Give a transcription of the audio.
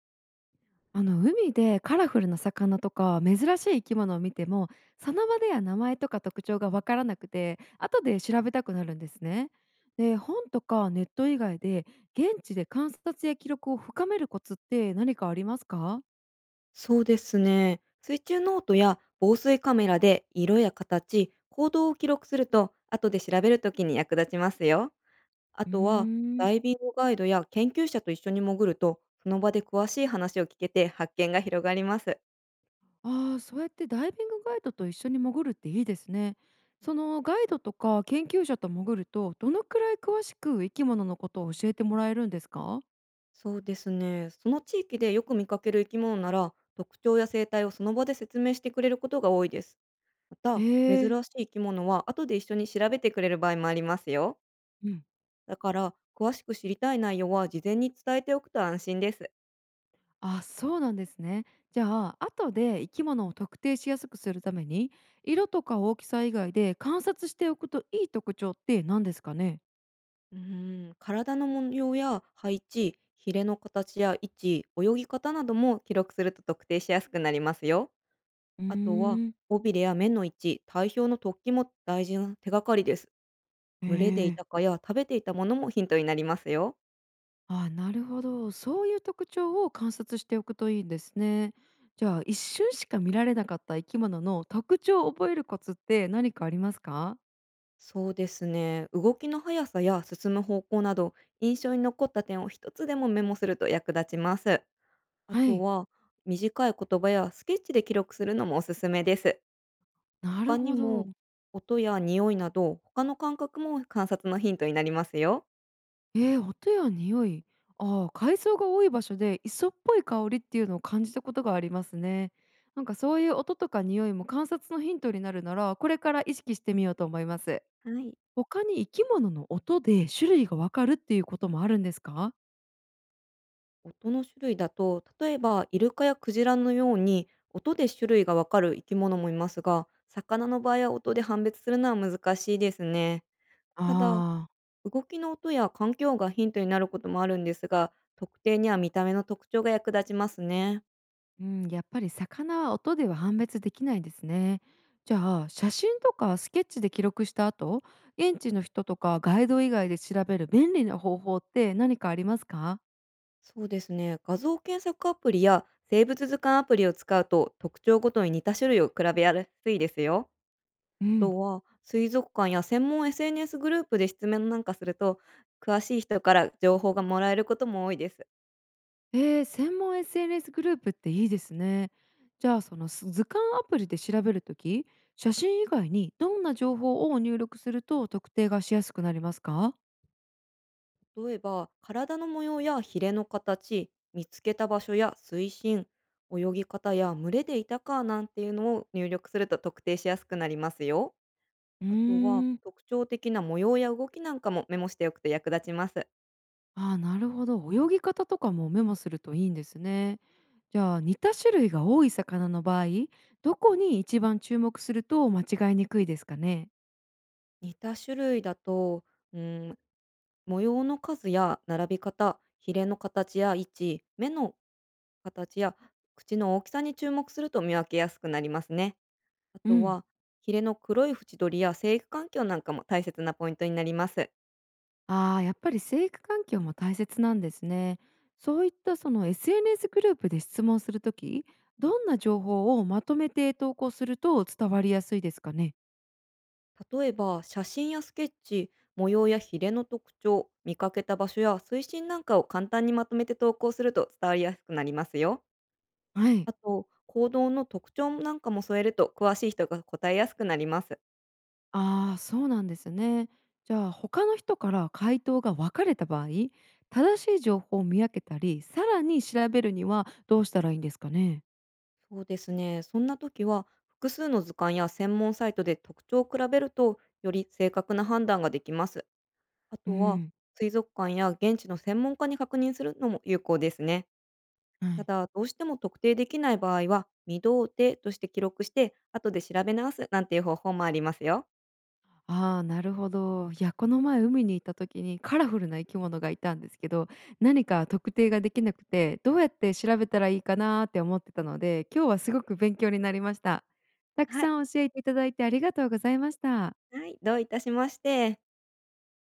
あの海でカラフルな魚とか珍しい生き物を見てもその場では名前とか特徴がわからなくて後で調べたくなるんですね。で本とかネット以外で現地で観察や記録を深めるコツって何かありますか？そうですね。水中ノートや防水カメラで色や形、行動を記録すると、後で調べるときに役立ちますよ。あうーとは、んダイビングガイドや研究者と一緒に潜ると、その場で詳しい話を聞けて発見が広がります。あそうやってダイビングガイドと一緒に潜るっていいですね。そのガイドとか研究者と潜るとどのくらい詳しく生き物のことを教えてもらえるんですか？そうですね。その地域でよく見かける生き物なら、特徴や生態をその場で説明してくれることが多いです。まへた、珍えしいー。生き物は後で一緒に調べてくれる場合もありますよ。うん。だから、詳しく知りたい内容は事前に伝えておくと安心です。あ、そうなんですね。じゃあ後で生き物を特定しやすくするために色とか大きさ以外で観察しておくといい特徴って何ですかね？うーん、体の模様や配置、ヒレの形や位置、泳ぎ方なども記録すると特定しやすくなりますよ。うーあとは、ん。尾びれや目の位置、体表の突起も大事な手がかりです。え群れでいえ。たかや食べていたものもヒントになりますよ。あ、なるほど、そういう特徴を観察しておくといいんですね。じゃあ一瞬しか見られなかった生き物の特徴を覚えるコツって何かありますか？そうですね。動きの速さや進む方向など、印象に残った点を一つでもメモすると役立ちます。あはとい。は、短い言葉やスケッチで記録するのもおすすめです。な他るにほど。も、音や匂いなど、他の感覚も観察のヒントになりますよ。ええ、音や匂い。ああ、海藻が多い場所で磯っぽい香りっていうのを感じたことがありますね。なんかそういう音とか匂いも観察のヒントになるなら、これから意識してみようと思います。はい。他に生き物の音で種類がわかるっていうこともあるんですか？音の種類だと、例えばイルカやクジラのように、音で種類がわかる生き物もいますが、魚の場合は音で判別するのは難しいですね。ただ、ああ、動きの音や環境がヒントになることもあるんですが、特定には見た目の特徴が役立ちますね。うん、やっぱり魚は音では判別できないですね。じゃあ写真とかスケッチで記録した後、現地の人とかガイド以外で調べる便利な方法って何かありますか？そうですね。画像検索アプリや生物図鑑アプリを使うと特徴ごとに似た種類を比べやすいですよ。うあん。とは水族館や専門 SNS グループで質問なんかすると詳しい人から情報がもらえることも多いです。ええ、専門 SNS グループっていいですね。じゃあその図鑑アプリで調べるとき、写真以外にどんな情報を入力すると特定がしやすくなりますか？例えば体の模様やヒレの形、見つけた場所や水深、泳ぎ方や群れでいたかなんていうのを入力すると特定しやすくなりますよ。うーあとはん、特徴的な模様や動きなんかもメモしておくと役立ちます。ああ、なるほど。泳ぎ方とかもメモするといいんですね。じゃあ似た種類が多い魚の場合、どこに一番注目すると間違いにくいですかね？似た種類だと、うん、模様の数や並び方、ヒレの形や位置、目の形や口の大きさに注目すると見分けやすくなりますね。あうとん。は、ヒレの黒い縁取りや生育環境なんかも大切なポイントになります。ああ、やっぱり生育環境も大切なんですね。そういったその SNS グループで質問するとき、どんな情報をまとめて投稿すると伝わりやすいですかね。例えば、写真やスケッチ、模様やヒレの特徴、見かけた場所や水深なんかを簡単にまとめて投稿すると伝わりやすくなりますよ。はい。あと、行動の特徴なんかも添えると詳しい人が答えやすくなります。ああ、そうなんですね。じゃあ他の人から回答が分かれた場合、正しい情報を見分けたり、さらに調べるにはどうしたらいいんですかね。そうですね。そんな時は、複数の図鑑や専門サイトで特徴を比べると、より正確な判断ができます。あうとは、ん。水族館や現地の専門家に確認するのも有効ですね。はたい。だ、どうしても特定できない場合は、未同定として記録して、後で調べ直すなんていう方法もありますよ。ああ、なるほど。いや、この前海に行った時にカラフルな生き物がいたんですけど、何か特定ができなくて、どうやって調べたらいいかなーって思ってたので、今日はすごく勉強になりました。たくはい。さん教えていただいてありがとうございました。はい、どういたしまして。